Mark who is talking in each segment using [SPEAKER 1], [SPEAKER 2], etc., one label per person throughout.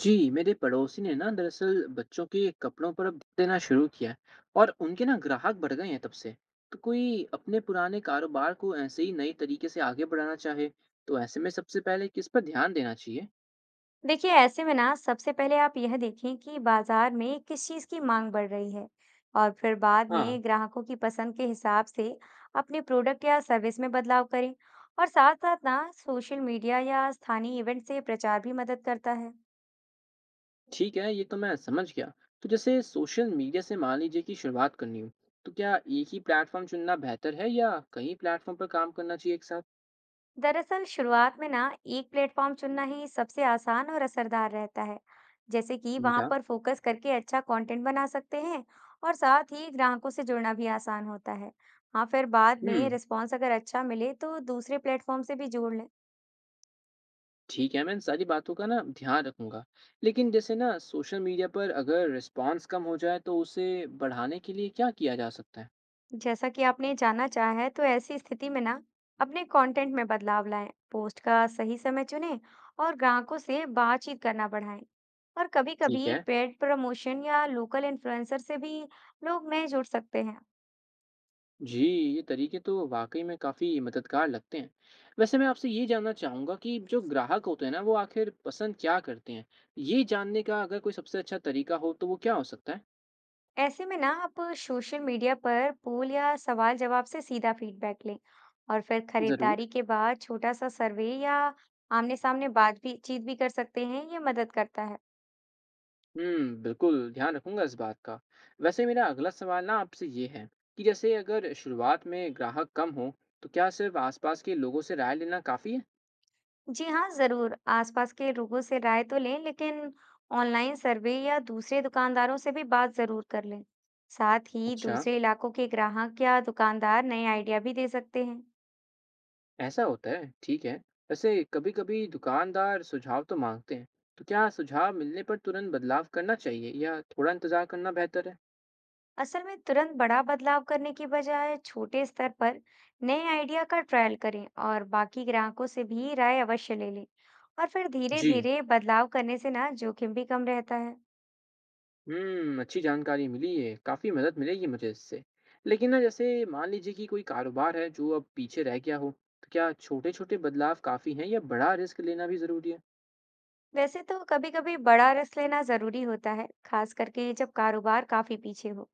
[SPEAKER 1] जी, मेरे पड़ोसी ने ना दरअसल बच्चों के कपड़ों पर अब ध्यान देना शुरू किया है और उनके ना ग्राहक बढ़ गए हैं तब से। तो कोई अपने पुराने कारोबार को ऐसे ही नए तरीके से आगे बढ़ाना चाहे, तो ऐसे में सबसे पहले किस पर ध्यान देना चाहिए?
[SPEAKER 2] देखिए, ऐसे में ना सबसे पहले आप यह देखें कि बाजार में किस चीज़ की मांग बढ़ रही है और फिर बाद
[SPEAKER 1] हाँ,
[SPEAKER 2] में ग्राहकों की पसंद के हिसाब से अपने प्रोडक्ट या सर्विस में बदलाव करें। और साथ साथ ना सोशल मीडिया या स्थानीय इवेंट से प्रचार भी मदद करता है।
[SPEAKER 1] ठीक है, ये तो मैं समझ गया। तो जैसे सोशल मीडिया से मान लीजिए कि शुरुआत करनी हो, तो क्या एक ही प्लेटफॉर्म चुनना बेहतर है या कई प्लेटफॉर्म पर काम करना चाहिए एक साथ?
[SPEAKER 2] दरअसल शुरुआत में ना एक प्लेटफॉर्म चुनना ही सबसे आसान और असरदार रहता है। जैसे कि वहां
[SPEAKER 1] समझा।
[SPEAKER 2] पर फोकस करके अच्छा कंटेंट बना सकते हैं और साथ ही ग्राहकों से जुड़ना भी आसान होता है। हाँ, फिर बाद में
[SPEAKER 1] हम्म,
[SPEAKER 2] रिस्पॉन्स अगर अच्छा मिले तो दूसरे प्लेटफॉर्म से भी जोड़ लें।
[SPEAKER 1] ठीक है, मैं इन सारी बातों का ना ध्यान रखूंगा। लेकिन जैसे ना सोशल मीडिया पर अगर रिस्पांस कम हो जाए तो उसे बढ़ाने के लिए क्या किया जा सकता है?
[SPEAKER 2] जैसा कि आपने जाना चाहा है, तो ऐसी स्थिति में ना अपने कंटेंट में बदलाव लाएं, पोस्ट का सही समय चुनें और ग्राहकों से बातचीत करना बढ़ाएं। और
[SPEAKER 1] ठीक
[SPEAKER 2] कभी-कभी
[SPEAKER 1] है।
[SPEAKER 2] पेड प्रमोशन या लोकल इन्फ्लुएंसर से भी लोग नए जुड़ सकते हैं।
[SPEAKER 1] जी, ये तरीके तो वाकई में काफ़ी मददगार लगते हैं। वैसे मैं आपसे ये जानना चाहूँगा कि जो ग्राहक होते हैं ना वो आखिर पसंद क्या करते हैं। ये जानने का अगर कोई सबसे अच्छा तरीका हो तो वो क्या हो सकता है?
[SPEAKER 2] ऐसे में ना आप सोशल मीडिया पर पोल या सवाल जवाब से सीधा फीडबैक लें और फिर
[SPEAKER 1] ज़रूर।
[SPEAKER 2] खरीदारी के बाद छोटा सा सर्वे या आमने-सामने बात भी चीत भी कर सकते हैं। ये मदद करता है।
[SPEAKER 1] हम्म, बिल्कुल ध्यान रखूंगा इस बात का। वैसे मेरा अगला सवाल ना आपसे ये है कि जैसे अगर शुरुआत में ग्राहक कम हो तो क्या सिर्फ आसपास के लोगों से राय लेना काफी है?
[SPEAKER 2] जी हाँ, ज़रूर। आसपास के लोगों से राय तो लें, लेकिन ऑनलाइन सर्वे या दूसरे दुकानदारों से भी बात ज़रूर कर लें। साथ ही
[SPEAKER 1] अच्छा,
[SPEAKER 2] दूसरे इलाकों के ग्राहक या दुकानदार नए आइडिया भी दे सकते हैं।
[SPEAKER 1] ऐसा होता है, ठीक है। वैसे कभी-कभी दुकानदार सुझाव तो मांगते हैं, तो क्या सुझाव मिलने पर तुरंत बदलाव करना चाहिए या थोड़ा इंतजार करना बेहतर है?
[SPEAKER 2] असल में तुरंत बड़ा बदलाव करने की बजाय छोटे स्तर पर नए आइडिया का ट्रायल करें और बाकी ग्राहकों से भी राय अवश्य ले लें। और फिर
[SPEAKER 1] जी।
[SPEAKER 2] धीरे-धीरे बदलाव करने से ना जोखिम भी कम रहता है।
[SPEAKER 1] हम्म, अच्छी जानकारी मिली है, काफ़ी मदद मिलेगी मुझे इससे। लेकिन ना जैसे मान लीजिए कि कोई कारोबार है जो अब पीछे रह गया हो, तो क्या छोटे छोटे बदलाव काफ़ी हैं या बड़ा रिस्क लेना भी ज़रूरी है?
[SPEAKER 2] वैसे तो कभी-कभी बड़ा रिस्क लेना ज़रूरी होता है, खास करके जब कारोबार काफ़ी पीछे हो।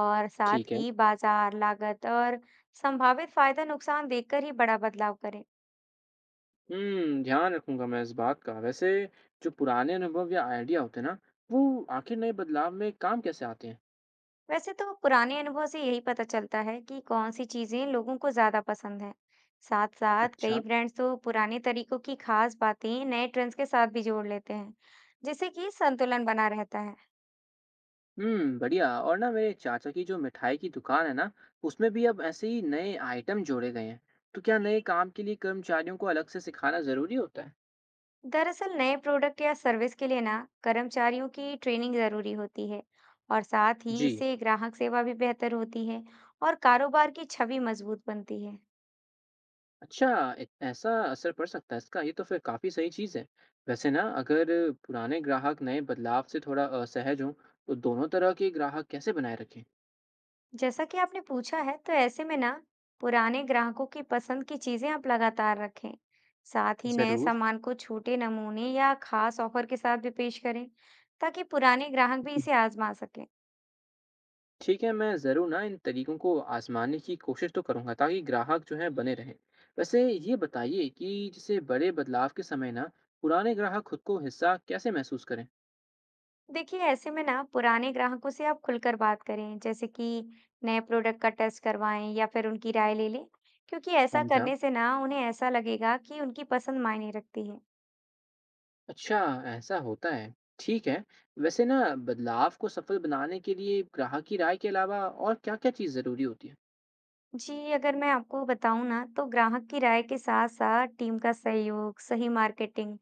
[SPEAKER 2] और साथ
[SPEAKER 1] ठीक है।
[SPEAKER 2] ही बाजार, लागत और संभावित फायदा नुकसान देखकर ही बड़ा बदलाव करें।
[SPEAKER 1] हम्म, ध्यान रखूंगा मैं इस बात का। वैसे जो पुराने अनुभव या आइडिया होते हैं ना, वो आखिर नए बदलाव में काम कैसे आते हैं?
[SPEAKER 2] वैसे तो पुराने अनुभव से यही पता चलता है कि कौन सी चीजें लोगों को ज्यादा पसंद है। साथ साथ
[SPEAKER 1] अच्छा।
[SPEAKER 2] कई ब्रांड्स तो पुराने तरीकों की खास बातें नए ट्रेंड्स के साथ भी जोड़ लेते हैं, जिससे कि संतुलन बना रहता है।
[SPEAKER 1] हम्म, बढ़िया। और ना मेरे चाचा की जो मिठाई की दुकान है ना, उसमें भी अब ऐसे ही नए आइटम जोड़े गए हैं। तो क्या नए काम के लिए कर्मचारियों को अलग से सिखाना ज़रूरी होता है?
[SPEAKER 2] दरअसल नए प्रोडक्ट या सर्विस के लिए ना कर्मचारियों की ट्रेनिंग जरूरी होती है और साथ ही
[SPEAKER 1] जी।
[SPEAKER 2] इससे ग्राहक सेवा भी बेहतर होती है और कारोबार की छवि मजबूत बनती है।
[SPEAKER 1] अच्छा। ऐसा असर पड़ सकता है इसका, ये तो फिर काफ़ी सही चीज़ है। वैसे ना अगर पुराने ग्राहक नए बदलाव से थोड़ा असहज हों तो दोनों तरह के ग्राहक कैसे बनाए रखें?
[SPEAKER 2] जैसा कि आपने पूछा है, तो ऐसे में ना पुराने ग्राहकों की पसंद की चीजें आप लगातार रखें। साथ ही नए
[SPEAKER 1] ज़रूर।
[SPEAKER 2] सामान को छोटे नमूने या खास ऑफर के साथ भी पेश करें, ताकि पुराने ग्राहक भी इसे आजमा सकें।
[SPEAKER 1] ठीक है, मैं ज़रूर ना इन तरीकों को आजमाने की कोशिश तो करूँगा ताकि ग्राहक जो है बने रहें। वैसे ये बताइए कि जैसे बड़े बदलाव के समय ना पुराने ग्राहक खुद को हिस्सा कैसे महसूस करें?
[SPEAKER 2] देखिए, ऐसे में ना पुराने ग्राहकों से आप खुलकर बात करें, जैसे कि नए प्रोडक्ट का टेस्ट करवाएं या फिर उनकी राय ले लें, क्योंकि ऐसा
[SPEAKER 1] समझा।
[SPEAKER 2] करने से ना उन्हें ऐसा लगेगा कि उनकी पसंद मायने रखती है।
[SPEAKER 1] अच्छा, ऐसा होता है। ठीक है। वैसे ना बदलाव को सफल बनाने के लिए ग्राहक की राय के अलावा और क्या-क्या चीज़ ज़रूरी होती है?
[SPEAKER 2] जी, अगर मैं आपको बताऊँ ना, तो ग्राहक की राय के साथ-साथ टीम का सहयोग, सही मार्केटिंग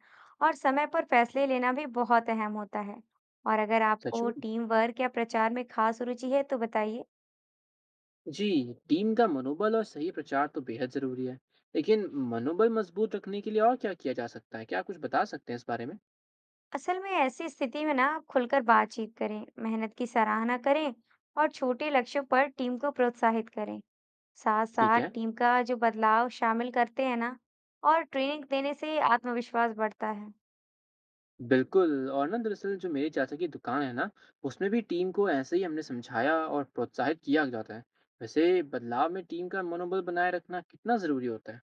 [SPEAKER 2] और समय पर फैसले लेना भी बहुत अहम होता है। और अगर
[SPEAKER 1] सच
[SPEAKER 2] आपको
[SPEAKER 1] में?
[SPEAKER 2] टीम वर्क या प्रचार में खास रुचि है, तो बताइए।
[SPEAKER 1] जी, टीम का मनोबल और सही प्रचार तो बेहद ज़रूरी है। लेकिन मनोबल मजबूत रखने के लिए और क्या किया जा सकता है? क्या आप कुछ बता सकते हैं इस बारे में?
[SPEAKER 2] असल में ऐसी स्थिति में ना आप खुलकर बातचीत करें, मेहनत की सराहना करें और छोटे लक्ष्यों पर टीम को प्रोत्साहित करें।
[SPEAKER 1] ठीक
[SPEAKER 2] साथ-साथ
[SPEAKER 1] है।
[SPEAKER 2] टीम का जो बदलाव शामिल करते हैं ना और ट्रेनिंग देने से आत्मविश्वास बढ़ता है।
[SPEAKER 1] बिल्कुल। और ना दरअसल जो मेरे चाचा की दुकान है ना, उसमें भी टीम को ऐसे ही हमने समझाया और प्रोत्साहित किया जाता है। वैसे बदलाव में टीम का मनोबल बनाए रखना कितना ज़रूरी होता है?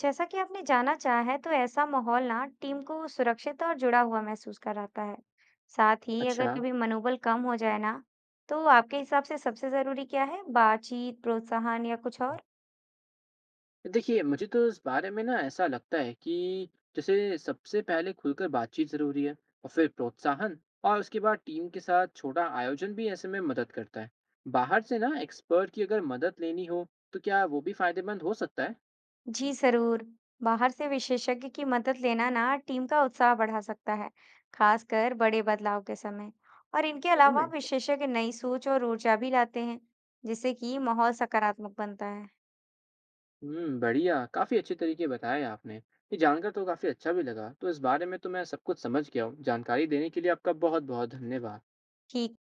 [SPEAKER 2] जैसा कि आपने जाना चाहा है, तो ऐसा माहौल ना टीम को सुरक्षित और जुड़ा हुआ महसूस कराता है। साथ ही अगर
[SPEAKER 1] अच्छा।
[SPEAKER 2] कभी मनोबल कम हो जाए ना, तो आपके हिसाब से सबसे जरूरी क्या है? बातचीत, प्रोत्साहन या कुछ और?
[SPEAKER 1] देखिए, मुझे तो इस बारे में ना ऐसा लगता है कि जैसे सबसे पहले खुलकर बातचीत ज़रूरी है, और फिर प्रोत्साहन, और उसके बाद टीम के साथ छोटा आयोजन भी ऐसे में मदद करता है। बाहर से ना एक्सपर्ट की अगर मदद लेनी हो तो क्या वो भी फायदेमंद हो सकता है?
[SPEAKER 2] जी जरूर, बाहर से विशेषज्ञ की मदद लेना ना टीम का उत्साह बढ़ा सकता है, खासकर बड़े बदलाव के समय। और इनके
[SPEAKER 1] सही
[SPEAKER 2] अलावा
[SPEAKER 1] में?
[SPEAKER 2] विशेषज्ञ नई सोच और ऊर्जा भी लाते हैं, जिससे कि माहौल सकारात्मक बनता है।
[SPEAKER 1] बढ़िया, काफ़ी अच्छे तरीके बताए आपने। ये जानकर तो काफ़ी अच्छा भी लगा। तो इस बारे में तो मैं सब कुछ समझ गया हूँ। जानकारी देने के लिए आपका बहुत-बहुत धन्यवाद।
[SPEAKER 2] ठीक